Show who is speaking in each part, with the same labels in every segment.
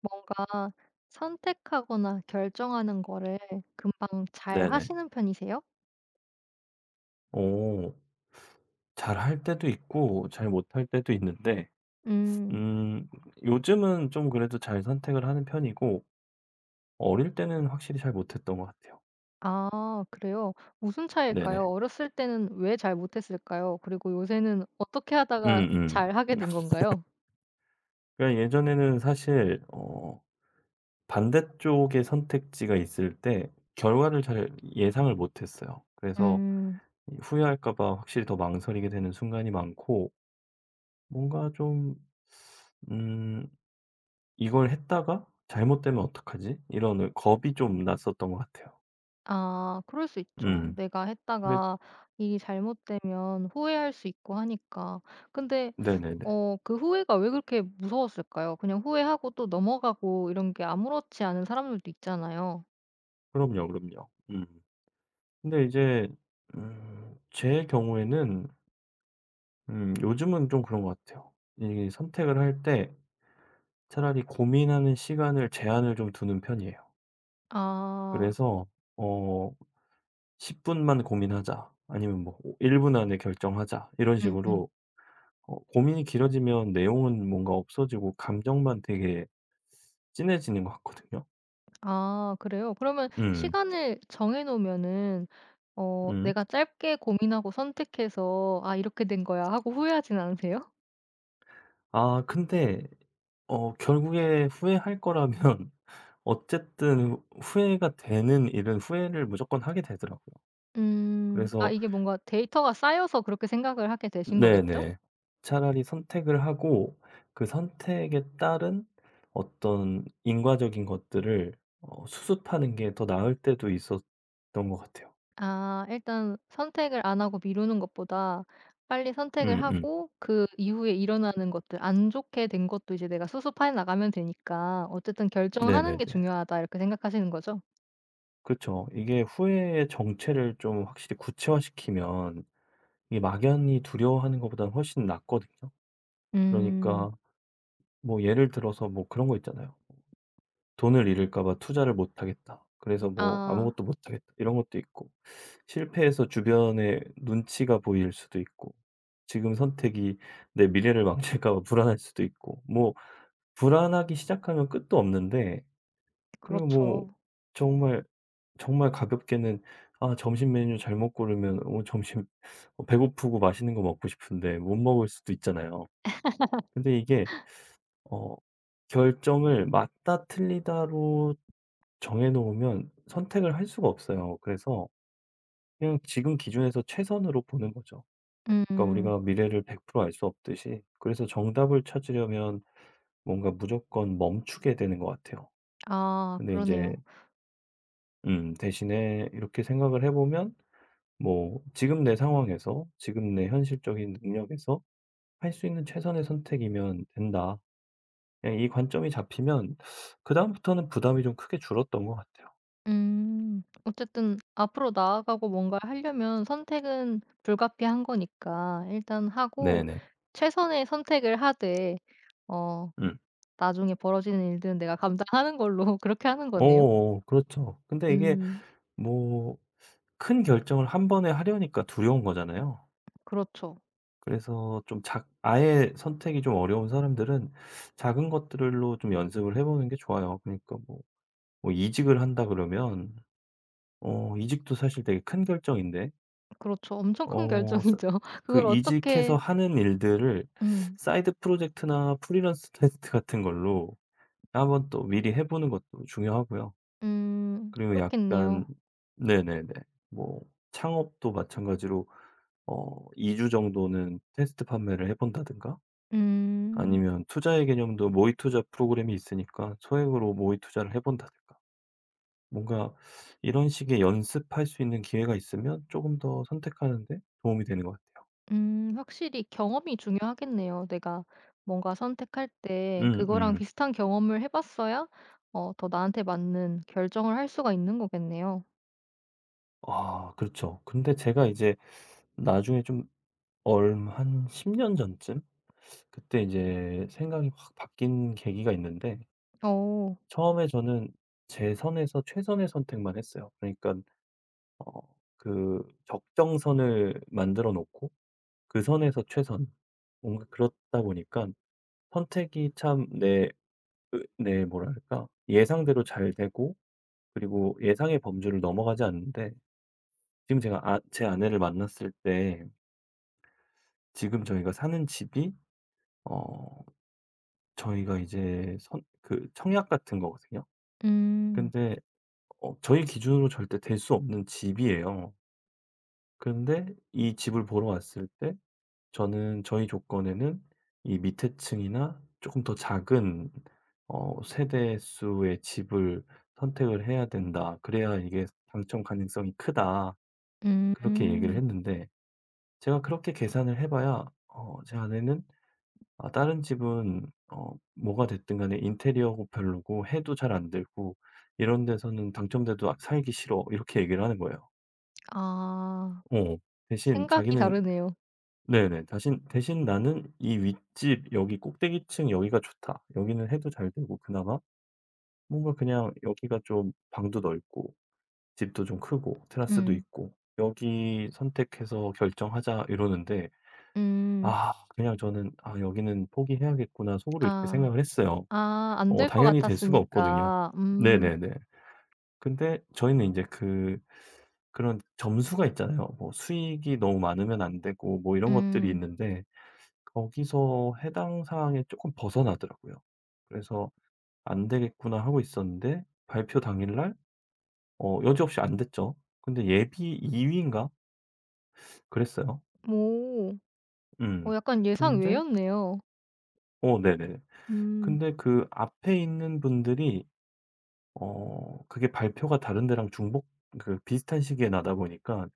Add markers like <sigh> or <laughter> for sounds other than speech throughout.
Speaker 1: 뭔가 선택하거나 결정하는 거를 금방 잘
Speaker 2: 네네.
Speaker 1: 하시는 편이세요?
Speaker 2: 오, 잘할 때도 있고 잘 못할 때도 있는데
Speaker 1: 음.
Speaker 2: 음 요즘은 좀 그래도 잘 선택을 하는 편이고 어릴 때는 확실히 잘 못했던 것 같아요.
Speaker 1: 아 그래요? 무슨 차이일까요?
Speaker 2: 네네.
Speaker 1: 어렸을 때는 왜 잘 못했을까요? 그리고 요새는 어떻게 하다가
Speaker 2: 음음.
Speaker 1: 잘하게 된 건가요?
Speaker 2: 그러니까 예전에는 사실 어 반대쪽의 선택지가 있을 때 결과를 잘 예상을 못했어요. 그래서
Speaker 1: 음.
Speaker 2: 후회할까 봐 확실히 더 망설이게 되는 순간이 많고 뭔가 좀 음 '이걸 했다가 잘못되면 어떡하지?' 이런 겁이 좀 났었던 것 같아요.
Speaker 1: 아 그럴 수 있죠.
Speaker 2: 음.
Speaker 1: 내가
Speaker 2: 근데
Speaker 1: 했다가 일이 잘못되면 후회할 수 있고 하니까. 근데
Speaker 2: 네네네.
Speaker 1: 그 후회가 왜 그렇게 무서웠을까요? 그냥 후회하고 또 넘어가고 이런 게 아무렇지 않은 사람들도 있잖아요.
Speaker 2: 그럼요, 그럼요. 음. 근데 이제 음 제 경우에는 요즘은 좀 그런 것 같아요. 이 선택을 할 때 차라리 고민하는 시간을 제한을 좀 두는 편이에요.
Speaker 1: 아.
Speaker 2: 그래서 어 "10 분만 고민하자." 아니면 뭐 "1 분 안에 결정하자." 이런
Speaker 1: 음음.
Speaker 2: 식으로 어 고민이 길어지면 내용은 뭔가 없어지고 감정만 되게 진해지는 것 같거든요.
Speaker 1: 아 그래요? 그러면
Speaker 2: 음.
Speaker 1: 시간을 정해 놓으면은
Speaker 2: 음.
Speaker 1: 내가 짧게 고민하고 선택해서 '아 이렇게 된 거야.' 하고 후회하진 않으세요?
Speaker 2: 아 근데 어 결국에 후회할 거라면 <laughs> 어쨌든 후회가 되는 일은 후회를 무조건 하게 되더라고요.
Speaker 1: 음. 아
Speaker 2: 그래서
Speaker 1: 이게 뭔가 데이터가 쌓여서 그렇게 생각을 하게 되신 거겠죠?
Speaker 2: 네네. 차라리 선택을 하고 그 선택에 따른 어떤 인과적인 것들을 어 수습하는 게 더 나을 때도 있었던 것 같아요.
Speaker 1: 아 일단 선택을 안 하고 미루는 것보다 빨리 선택을
Speaker 2: 음음.
Speaker 1: 하고 그 이후에 일어나는 것들 안 좋게 된 것도 이제 내가 수습해 나가면 되니까 '어쨌든 결정하는 게
Speaker 2: 네네네.
Speaker 1: 중요하다.' 이렇게 생각하시는 거죠?
Speaker 2: 그죠, 이게 후회의 정체를 좀 확실히 구체화시키면 이게 막연히 두려워하는 것보다는 훨씬 낫거든요.
Speaker 1: 음.
Speaker 2: 그러니까 뭐 예를 들어서 뭐 그런 거 있잖아요. '돈을 잃을까 봐 투자를 못 하겠다. 그래서 뭐
Speaker 1: 아
Speaker 2: 아무것도 못 하겠다.' 이런 것도 있고 실패해서 주변에 눈치가 보일 수도 있고 지금 선택이 내 미래를 망칠까 봐 불안할 수도 있고 뭐 불안하기 시작하면 끝도 없는데 그리고 뭐
Speaker 1: 그렇죠.
Speaker 2: 정말, 정말 가볍게는 아 점심 메뉴 잘못 고르면 어 점심 어 배고프고 맛있는 거 먹고 싶은데 못 먹을 수도 있잖아요. 근데 이게 어 결정을 맞다 틀리다로 정해 놓으면 선택을 할 수가 없어요. 그래서 그냥 지금 기준에서 최선으로 보는 거죠. 그러니까
Speaker 1: 음.
Speaker 2: 우리가 미래를 100%알 수 없듯이, 그래서 정답을 찾으려면 뭔가 무조건 멈추게 되는 것 같아요.
Speaker 1: 아
Speaker 2: 근데 이제
Speaker 1: 그러네요.
Speaker 2: 대신에 이렇게 생각을 해 보면 뭐 지금 내 상황에서, 지금 내 현실적인 능력에서 '할 수 있는 최선의 선택이면 된다.' 그냥 이 관점이 잡히면 그다음부터는 부담이 좀 크게 줄었던 것 같아요.
Speaker 1: 음. 어쨌든 앞으로 나아가고 뭔가 하려면 선택은 불가피한 거니까 일단 하고
Speaker 2: 네네.
Speaker 1: 최선의 선택을 하되 어
Speaker 2: 음.
Speaker 1: 나중에 벌어지는 일들은 내가 감당하는 걸로 <laughs> 그렇게 하는 거네요.
Speaker 2: 어어 그렇죠. 근데 이게
Speaker 1: 음.
Speaker 2: 뭐 큰 결정을 한 번에 하려니까 두려운 거잖아요.
Speaker 1: 그렇죠.
Speaker 2: 그래서 좀 작 아예 선택이 좀 어려운 사람들은 작은 것들로 좀 연습을 해 보는 게 좋아요. 그러니까 뭐 뭐 이직을 한다 그러면 어 이직도 사실 되게 큰 결정인데
Speaker 1: 그렇죠. 엄청 큰
Speaker 2: 어 사
Speaker 1: 결정이죠. <laughs>
Speaker 2: 그
Speaker 1: 그걸
Speaker 2: 이직해서
Speaker 1: 어떻게
Speaker 2: 하는 일들을
Speaker 1: 음.
Speaker 2: 사이드 프로젝트나 프리랜서 테스트 같은 걸로 한번 또 미리 해 보는 것도 중요하고요.
Speaker 1: 음.
Speaker 2: 그리고 약간
Speaker 1: 그렇겠네요.
Speaker 2: 네네네. 뭐 창업도 마찬가지로 어 2주 정도는 테스트 판매를 해 본다든가
Speaker 1: 음.
Speaker 2: 아니면 투자의 개념도 모의 투자 프로그램이 있으니까 소액으로 모의 투자를 해 본다든가. 뭔가 이런 식의 연습할 수 있는 기회가 있으면 조금 더 선택하는 데 도움이 되는 것 같아요.
Speaker 1: 확실히 경험이 중요하겠네요. 내가 뭔가 선택할 때 그거랑
Speaker 2: 음음.
Speaker 1: 비슷한 경험을 해 봤어야 더 나한테 맞는 결정을 할 수가 있는 거겠네요.
Speaker 2: 아 그렇죠. 근데 제가 이제 나중에 좀 얼 한 10년 전쯤, 그때 이제 생각이 확 바뀐 계기가 있는데,
Speaker 1: 오,
Speaker 2: 처음에 저는 제 선에서 최선의 선택만 했어요. 그러니까 어 그 적정선을 만들어 놓고 그 선에서 최선. 뭔가 그렇다 보니까 선택이 참 내 으 내 뭐랄까 예상대로 잘 되고 그리고 예상의 범주를 넘어가지 않는데, 지금 제가 아 제 아내를 만났을 때 지금 저희가 사는 집이 어 저희가 이제 선 그 청약 같은 거거든요.
Speaker 1: 음.
Speaker 2: 근데 어 저희 기준으로 절대 될 수 없는 집이에요. 근데 이 집을 보러 왔을 때 저는 저희 조건에는 이 밑에 층이나 조금 더 작은 어 세대 수의 집을 선택을 해야 된다. 그래야 이게 당첨 가능성이 크다. 그렇게 얘기를
Speaker 1: 음.
Speaker 2: 했는데, 제가 그렇게 계산을 해 봐야 어 제 아내는 아 다른 집은 어 뭐가 됐든 간에 인테리어고 별로고 해도 잘 안 들고 "이런 데서는 당첨돼도 아 살기 싫어." 이렇게 얘기를 하는 거예요.
Speaker 1: 아.
Speaker 2: 어. 대신
Speaker 1: 생각이
Speaker 2: 자기는
Speaker 1: 다르네요.
Speaker 2: 네네. 대신 나는 이 윗집 여기 꼭대기층 여기가 좋다. 여기는 해도 잘 되고 그나마 뭔가 그냥 여기가 좀 방도 넓고 집도 좀 크고 테라스도
Speaker 1: 음.
Speaker 2: 있고 여기 선택해서 결정하자 이러는데,
Speaker 1: 음.
Speaker 2: 아 그냥 저는 '아 여기는 포기해야겠구나.' 속으로
Speaker 1: 아.
Speaker 2: 이렇게 생각을 했어요.
Speaker 1: 아 안
Speaker 2: 어
Speaker 1: 될 것
Speaker 2: 당연히 될 수가 없거든요.
Speaker 1: 같았으니까. 음.
Speaker 2: 네네네. 근데 저희는 이제 그 그런 점수가 있잖아요. 뭐 수익이 너무 많으면 안 되고 뭐 이런 것들이
Speaker 1: 음.
Speaker 2: 있는데 거기서 해당 사항에 조금 벗어나더라고요. 그래서 '안 되겠구나.' 하고 있었는데 발표 당일날 어 여지없이 안 됐죠. 근데 예비 2 위인가 그랬어요.
Speaker 1: 오.
Speaker 2: 음.
Speaker 1: 어 약간 예상
Speaker 2: 근데
Speaker 1: 외였네요.
Speaker 2: 어 네네.
Speaker 1: 음.
Speaker 2: 근데 그 앞에 있는 분들이 어 그게 발표가 다른 데랑 중복 그 비슷한 시기에 나다 보니까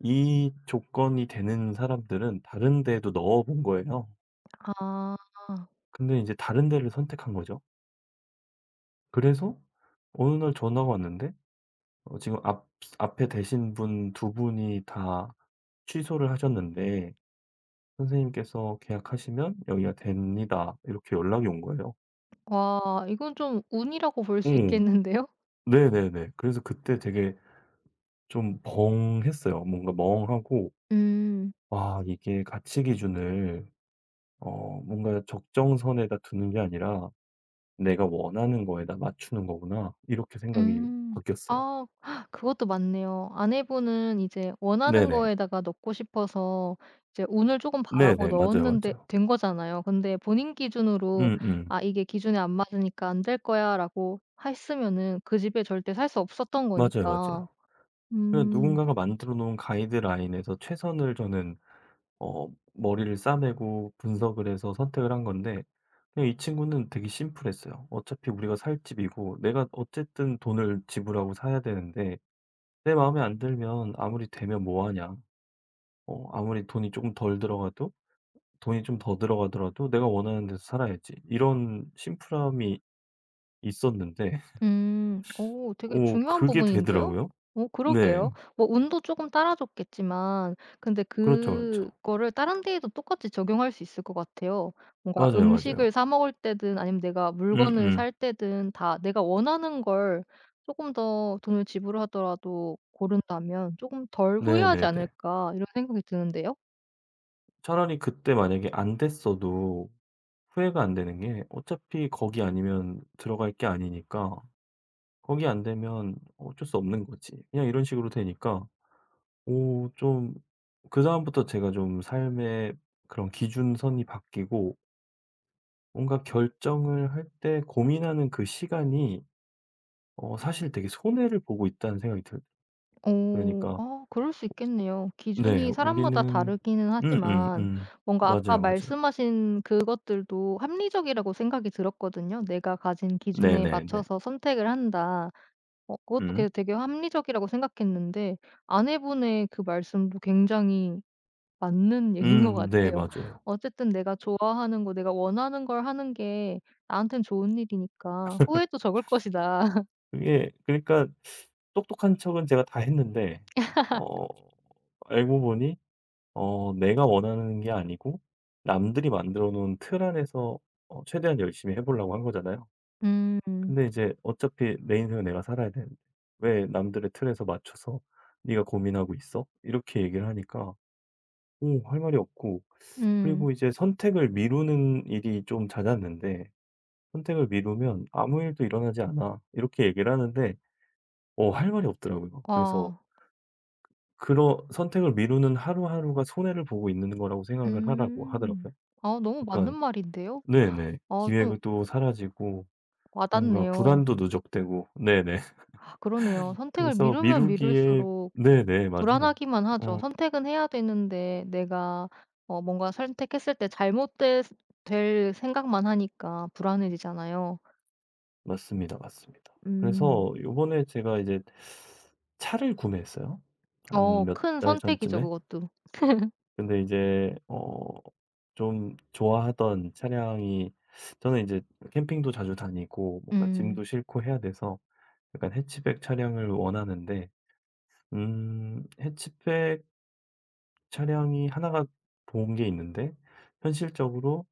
Speaker 2: 이 조건이 되는 사람들은 다른 데에도 넣어 본 거예요.
Speaker 1: 아.
Speaker 2: 근데 이제 다른 데를 선택한 거죠. 그래서 어느 날 전화가 왔는데 어 지금 앞 앞에 되신 분 두 분이 다 취소를 하셨는데 "선생님께서 계약하시면 여기가 됩니다." 이렇게 연락이 온 거예요.
Speaker 1: 와 이건 좀 운이라고 볼 수
Speaker 2: 응,
Speaker 1: 있겠는데요?
Speaker 2: 네네네. 그래서 그때 되게 좀 벙했어요. 뭔가 멍하고
Speaker 1: 음.
Speaker 2: '아 이게 가치 기준을 어 뭔가 적정선에다 두는 게 아니라 내가 원하는 거에다 맞추는 거구나.' 이렇게 생각이
Speaker 1: 음.
Speaker 2: 바뀌었어요.
Speaker 1: 아 <sucks teeth> 그것도 맞네요. 아내분은 이제 원하는
Speaker 2: 네네.
Speaker 1: 거에다가 넣고 싶어서 이제 운을 조금 바라고
Speaker 2: 네네. 맞아요,
Speaker 1: 넣었는데
Speaker 2: 맞아요.
Speaker 1: 된 거잖아요. 근데 본인 기준으로
Speaker 2: 음음.
Speaker 1: '아 이게 기준에 안 맞으니까 안 될 거야.'라고 했으면은 그 집에 절대 살 수 없었던
Speaker 2: 맞아요,
Speaker 1: 거니까.
Speaker 2: 맞아요. 그냥
Speaker 1: 음.
Speaker 2: 누군가가 만들어 놓은 가이드라인에서 최선을 저는 어 머리를 싸매고 분석을 해서 선택을 한 건데, 그냥 이 친구는 되게 심플했어요. 어차피 우리가 살 집이고 내가 어쨌든 돈을 지불하고 사야 되는데 내 마음에 안 들면 아무리 되면 뭐 하냐. 어 아무리 돈이 조금 덜 들어가도 돈이 좀 더 들어가더라도 내가 원하는 데서 살아야지. 이런 심플함이 있었는데 <laughs>
Speaker 1: 음. 오 되게
Speaker 2: 오
Speaker 1: 중요한
Speaker 2: 그게
Speaker 1: 부분인데요?
Speaker 2: 되더라고요.
Speaker 1: 오
Speaker 2: 네.
Speaker 1: 그러게요. 뭐 운도 조금 따라줬겠지만 근데
Speaker 2: 그렇죠, 그렇죠.
Speaker 1: 그거를 다른 데에도 똑같이 적용할 수 있을 것 같아요. 뭔가
Speaker 2: 맞아요, 맞아요.
Speaker 1: 음식을 사 먹을 때든 아니면 내가 물건을
Speaker 2: 음음.
Speaker 1: 살 때든 다 내가 원하는 걸 조금 더 돈을 지불하더라도 고른다면 조금 덜 후회하지
Speaker 2: 네네네.
Speaker 1: 않을까.' 이런 생각이 드는데요.
Speaker 2: 차라리 그때 만약에 안 됐어도 후회가 안 되는 게 어차피 거기 아니면 들어갈 게 아니니까, 거기 안 되면 어쩔 수 없는 거지. 그냥 이런 식으로 되니까 오 좀 그다음부터 제가 좀 삶의 그런 기준선이 바뀌고 뭔가 결정을 할 때 고민하는 그 시간이 어 사실 되게 손해를 보고 있다는 생각이 들어요.
Speaker 1: 어.
Speaker 2: 그러니까
Speaker 1: 아 그럴 수 있겠네요.
Speaker 2: 네
Speaker 1: 기준이 사람마다
Speaker 2: 우리는
Speaker 1: 다르기는 하지만
Speaker 2: 음음음.
Speaker 1: 뭔가 아까
Speaker 2: 맞아요, 맞아요.
Speaker 1: 말씀하신 그것들도 합리적이라고 생각이 들었거든요. '내가 가진 기준에
Speaker 2: 네네네.
Speaker 1: 맞춰서 선택을 한다.' 그것도
Speaker 2: 음.
Speaker 1: 그 되게 합리적이라고 생각했는데 아내분의 그 말씀도 굉장히 맞는 <laughs> 얘기인 것
Speaker 2: 네
Speaker 1: 같아요.
Speaker 2: 맞아요.
Speaker 1: 어쨌든 내가 좋아하는 거 내가 원하는 걸 하는 게 나한테는 좋은 일이니까 후회도 적을 것이다. <laughs>
Speaker 2: 그게 그러니까 똑똑한 척은 제가 다 했는데 어 알고 보니 어 내가 원하는 게 아니고 남들이 만들어 놓은 틀 안에서 어 최대한 열심히 해 보려고 한 거잖아요.
Speaker 1: 음.
Speaker 2: 근데 이제 어차피 내 인생은 내가 살아야 되는데 "왜 남들의 틀에서 맞춰서 네가 고민하고 있어?" 이렇게 얘기를 하니까 오 할 말이 없고,
Speaker 1: 음.
Speaker 2: 그리고 이제 선택을 미루는 일이 좀 잦았는데 "선택을 미루면 아무 일도 일어나지 않아." 이렇게 얘기를 하는데 어 할 말이 없더라고요. 그래서
Speaker 1: 아.
Speaker 2: 그런 선택을 미루는 하루하루가 손해를 보고 있는 거라고 생각을 하라고
Speaker 1: 음.
Speaker 2: 하더라고요.
Speaker 1: 아 너무
Speaker 2: 그러
Speaker 1: 맞는
Speaker 2: 니까
Speaker 1: 말인데요.
Speaker 2: 네네.
Speaker 1: 아 좀
Speaker 2: 기획은 또 사라지고 뭔가
Speaker 1: 와닿네요.
Speaker 2: 불안도 누적되고 네네. <laughs>
Speaker 1: 아 그러네요. 선택을
Speaker 2: 그래서
Speaker 1: 미루면
Speaker 2: 미루기에
Speaker 1: 미룰수록
Speaker 2: 네네. 맞아요.
Speaker 1: 불안하기만 하죠.
Speaker 2: 음
Speaker 1: 선택은 해야 되는데 내가 뭔가 선택했을 때 잘못될 생각만 하니까 불안해지잖아요.
Speaker 2: 맞습니다, 맞습니다.
Speaker 1: 음.
Speaker 2: 그래서 요번에 제가 이제 차를 구매했어요. 한
Speaker 1: 어
Speaker 2: 몇
Speaker 1: 큰
Speaker 2: 달
Speaker 1: 선택이죠
Speaker 2: 전쯤에.
Speaker 1: 그것도.
Speaker 2: 근데 이제 어 좀 좋아하던 차량이, 저는 이제 캠핑도 자주 다니고 뭔가
Speaker 1: 음.
Speaker 2: 짐도 싣고 해야 돼서 약간 해치백 차량을 원하는데 해치백 차량이 하나가 좋은 게 있는데 현실적으로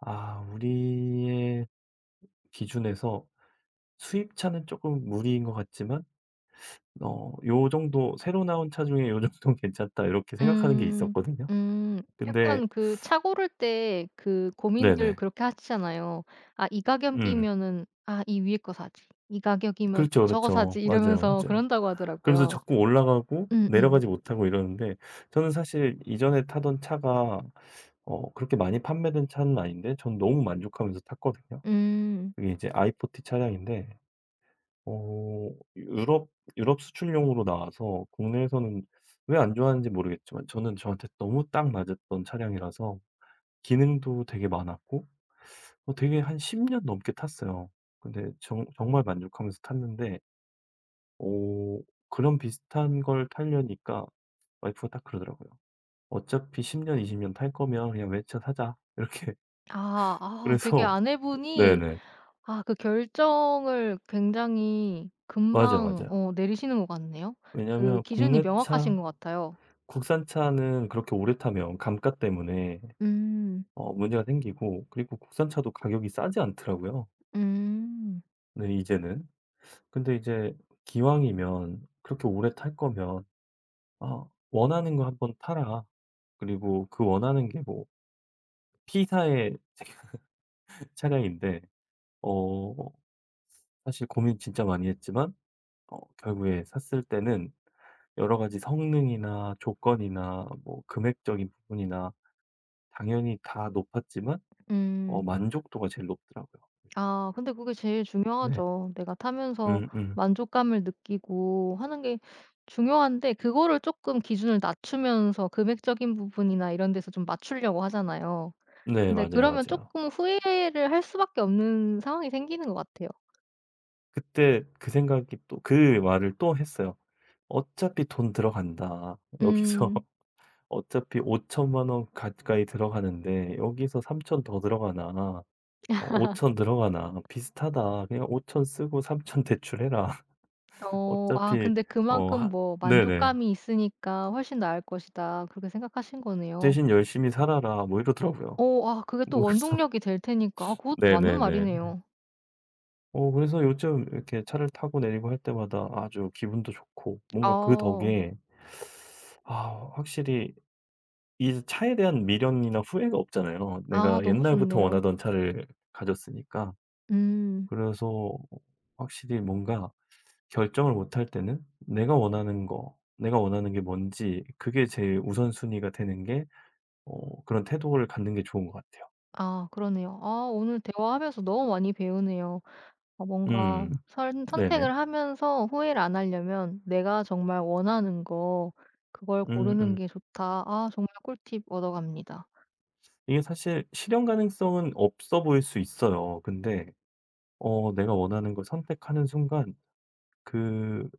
Speaker 2: 아 우리의 기준에서 수입차는 조금 무리인 것 같지만 어 '요 정도 새로 나온 차 중에 요 정도는 <laughs> 괜찮다.' 이렇게 생각하는 게
Speaker 1: 음.
Speaker 2: 있었거든요.
Speaker 1: 음.
Speaker 2: 근데
Speaker 1: 약간 그 차 고를 때 그 고민들
Speaker 2: 네네.
Speaker 1: 그렇게 하시잖아요. '아 이
Speaker 2: 음.
Speaker 1: 가격이면은 아 이 위에 거 사지. 이 가격이면
Speaker 2: 그렇죠,
Speaker 1: 저거
Speaker 2: 그렇죠.
Speaker 1: 사지.'
Speaker 2: 맞아요,
Speaker 1: 이러면서
Speaker 2: 맞아요.
Speaker 1: 그런다고
Speaker 2: 그러면서
Speaker 1: 하더라고요.
Speaker 2: 자꾸 올라가고
Speaker 1: 음음. 음.
Speaker 2: 내려가지 못하고 이러는데, 저는 사실 이전에 타던 차가 어 그렇게 많이 판매된 차는 아닌데 전 너무 만족하면서 탔거든요.
Speaker 1: 음.
Speaker 2: 그게 이제 i 4티 차량인데 어 유럽 유럽 수출용으로 나와서 국내에서는 왜 안 좋아하는지 모르겠지만 저는 저한테 너무 딱 맞았던 차량이라서 기능도 되게 많았고 어 되게 한 10년 넘게 탔어요. 근데 정 정말 만족하면서 탔는데 오 그런 비슷한 걸 타려니까 와이프가 딱 그러더라고요. "어차피 10 년, 20년 탈 거면 그냥 외차 사자." 이렇게.
Speaker 1: 아
Speaker 2: <laughs>
Speaker 1: 아 되게
Speaker 2: 그래서
Speaker 1: 아내분이
Speaker 2: 네네.
Speaker 1: 아 그 결정을 굉장히
Speaker 2: 맞아요,
Speaker 1: 금방
Speaker 2: 맞아요.
Speaker 1: 내리시는 것 같네요. 그
Speaker 2: 왜냐면
Speaker 1: 기준이
Speaker 2: 국내
Speaker 1: 명확하신 것
Speaker 2: 차
Speaker 1: 같아요.
Speaker 2: 국산 차는 그렇게 오래 타면 감가 때문에
Speaker 1: 음.
Speaker 2: 어 문제가 생기고, 그리고 국산 차도 가격이 싸지 않더라고요.
Speaker 1: 음.
Speaker 2: 네 이제는. 근데 이제 기왕이면 그렇게 오래 탈 거면 "아 원하는 거 한번 타라." 그리고 그 원하는 게 뭐 P사의 <laughs> 차량인데 어 사실 고민 진짜 많이 했지만 어 결국에 샀을 때는 여러 가지 성능이나 조건이나 뭐 금액적인 부분이나 당연히 다 높았지만 어
Speaker 1: 음.
Speaker 2: 만족도가 제일 높더라고요 일단.
Speaker 1: 아 근데 그게 제일
Speaker 2: 네.
Speaker 1: 중요하죠. 내가 타면서
Speaker 2: 음음.
Speaker 1: 만족감을 느끼고 하는 게 중요한데 그거를 조금 기준을 낮추면서 금액적인 부분이나 이런 데서 좀 맞추려고 하잖아요.
Speaker 2: 네
Speaker 1: 근데
Speaker 2: 맞아요,
Speaker 1: 그러면
Speaker 2: 맞아요.
Speaker 1: 조금 후회를 할 수밖에 없는 상황이 생기는 것 같아요.
Speaker 2: 그때 그 생각이 또 그 말을 또 했어요. '어차피 돈 들어간다. 여기서
Speaker 1: 음.
Speaker 2: <laughs> 어차피 5천만 원 가까이 들어가는데 여기서 3천더 들어가나.' 어5천 들어가나. 비슷하다. 그냥 5천 쓰고 3천 대출해라. <laughs>
Speaker 1: 어 아
Speaker 2: 어차피
Speaker 1: 근데
Speaker 2: 어
Speaker 1: 그만큼
Speaker 2: 하
Speaker 1: 뭐
Speaker 2: 네네.
Speaker 1: '만족감이 있으니까 훨씬 나을 것이다.' 그렇게 생각하신 거네요.
Speaker 2: "대신 열심히 살아라." 뭐 이러더라고요.
Speaker 1: 어 아 그게 또
Speaker 2: 뭐 그래서 <laughs>
Speaker 1: 원동력이 될 테니까 아 그것도 맞는
Speaker 2: 네네네.
Speaker 1: 말이네요.
Speaker 2: 어 그래서 요즘 이렇게 차를 타고 내리고 할 때마다 아주 기분도 좋고 뭔가 그
Speaker 1: 아,
Speaker 2: 덕에 아 확실히 이 차에 대한 미련이나 후회가 없잖아요.
Speaker 1: 아
Speaker 2: 내가
Speaker 1: 너무
Speaker 2: 옛날부터
Speaker 1: 좋네요.
Speaker 2: 원하던 차를 가졌으니까.
Speaker 1: 음.
Speaker 2: 그래서 확실히 뭔가 결정을 못 할 때는 내가 원하는 거, 내가 원하는 게 뭔지 그게 제일 우선순위가 되는 게 어 그런 태도를 갖는 게 좋은 것 같아요.
Speaker 1: 아 그러네요. 아 오늘 대화하면서 너무 많이 배우네요. 아 뭔가
Speaker 2: 음.
Speaker 1: 선
Speaker 2: 네네.
Speaker 1: 선택을 하면서 후회를 안 하려면 '내가 정말 원하는 거 그걸 고르는
Speaker 2: 음음.
Speaker 1: 게 좋다.' 아 정말 꿀팁 얻어갑니다.
Speaker 2: 이게 사실 실현 가능성은 없어 보일 수 있어요. 근데 어 내가 원하는 걸 선택하는 순간 그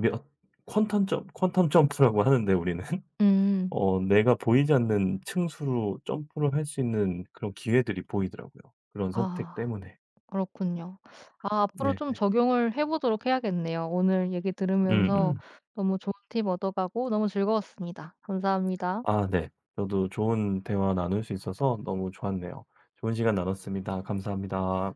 Speaker 2: 몇 퀀텀 점프라고 하는데 우리는 <laughs>
Speaker 1: 음.
Speaker 2: 어 내가 보이지 않는 층수로 점프를 할 수 있는 그런 기회들이 보이더라고요, 그런 선택
Speaker 1: 아
Speaker 2: 때문에.
Speaker 1: 그렇군요. 아 앞으로 좀
Speaker 2: 네네.
Speaker 1: 적용을 해 보도록 해야겠네요. 오늘 얘기 들으면서
Speaker 2: 음음.
Speaker 1: 너무 좋은 팁 얻어가고 너무 즐거웠습니다. 감사합니다.
Speaker 2: 아 네. 저도 좋은 대화 나눌 수 있어서 너무 좋았네요. 좋은 시간 나눴습니다. 감사합니다.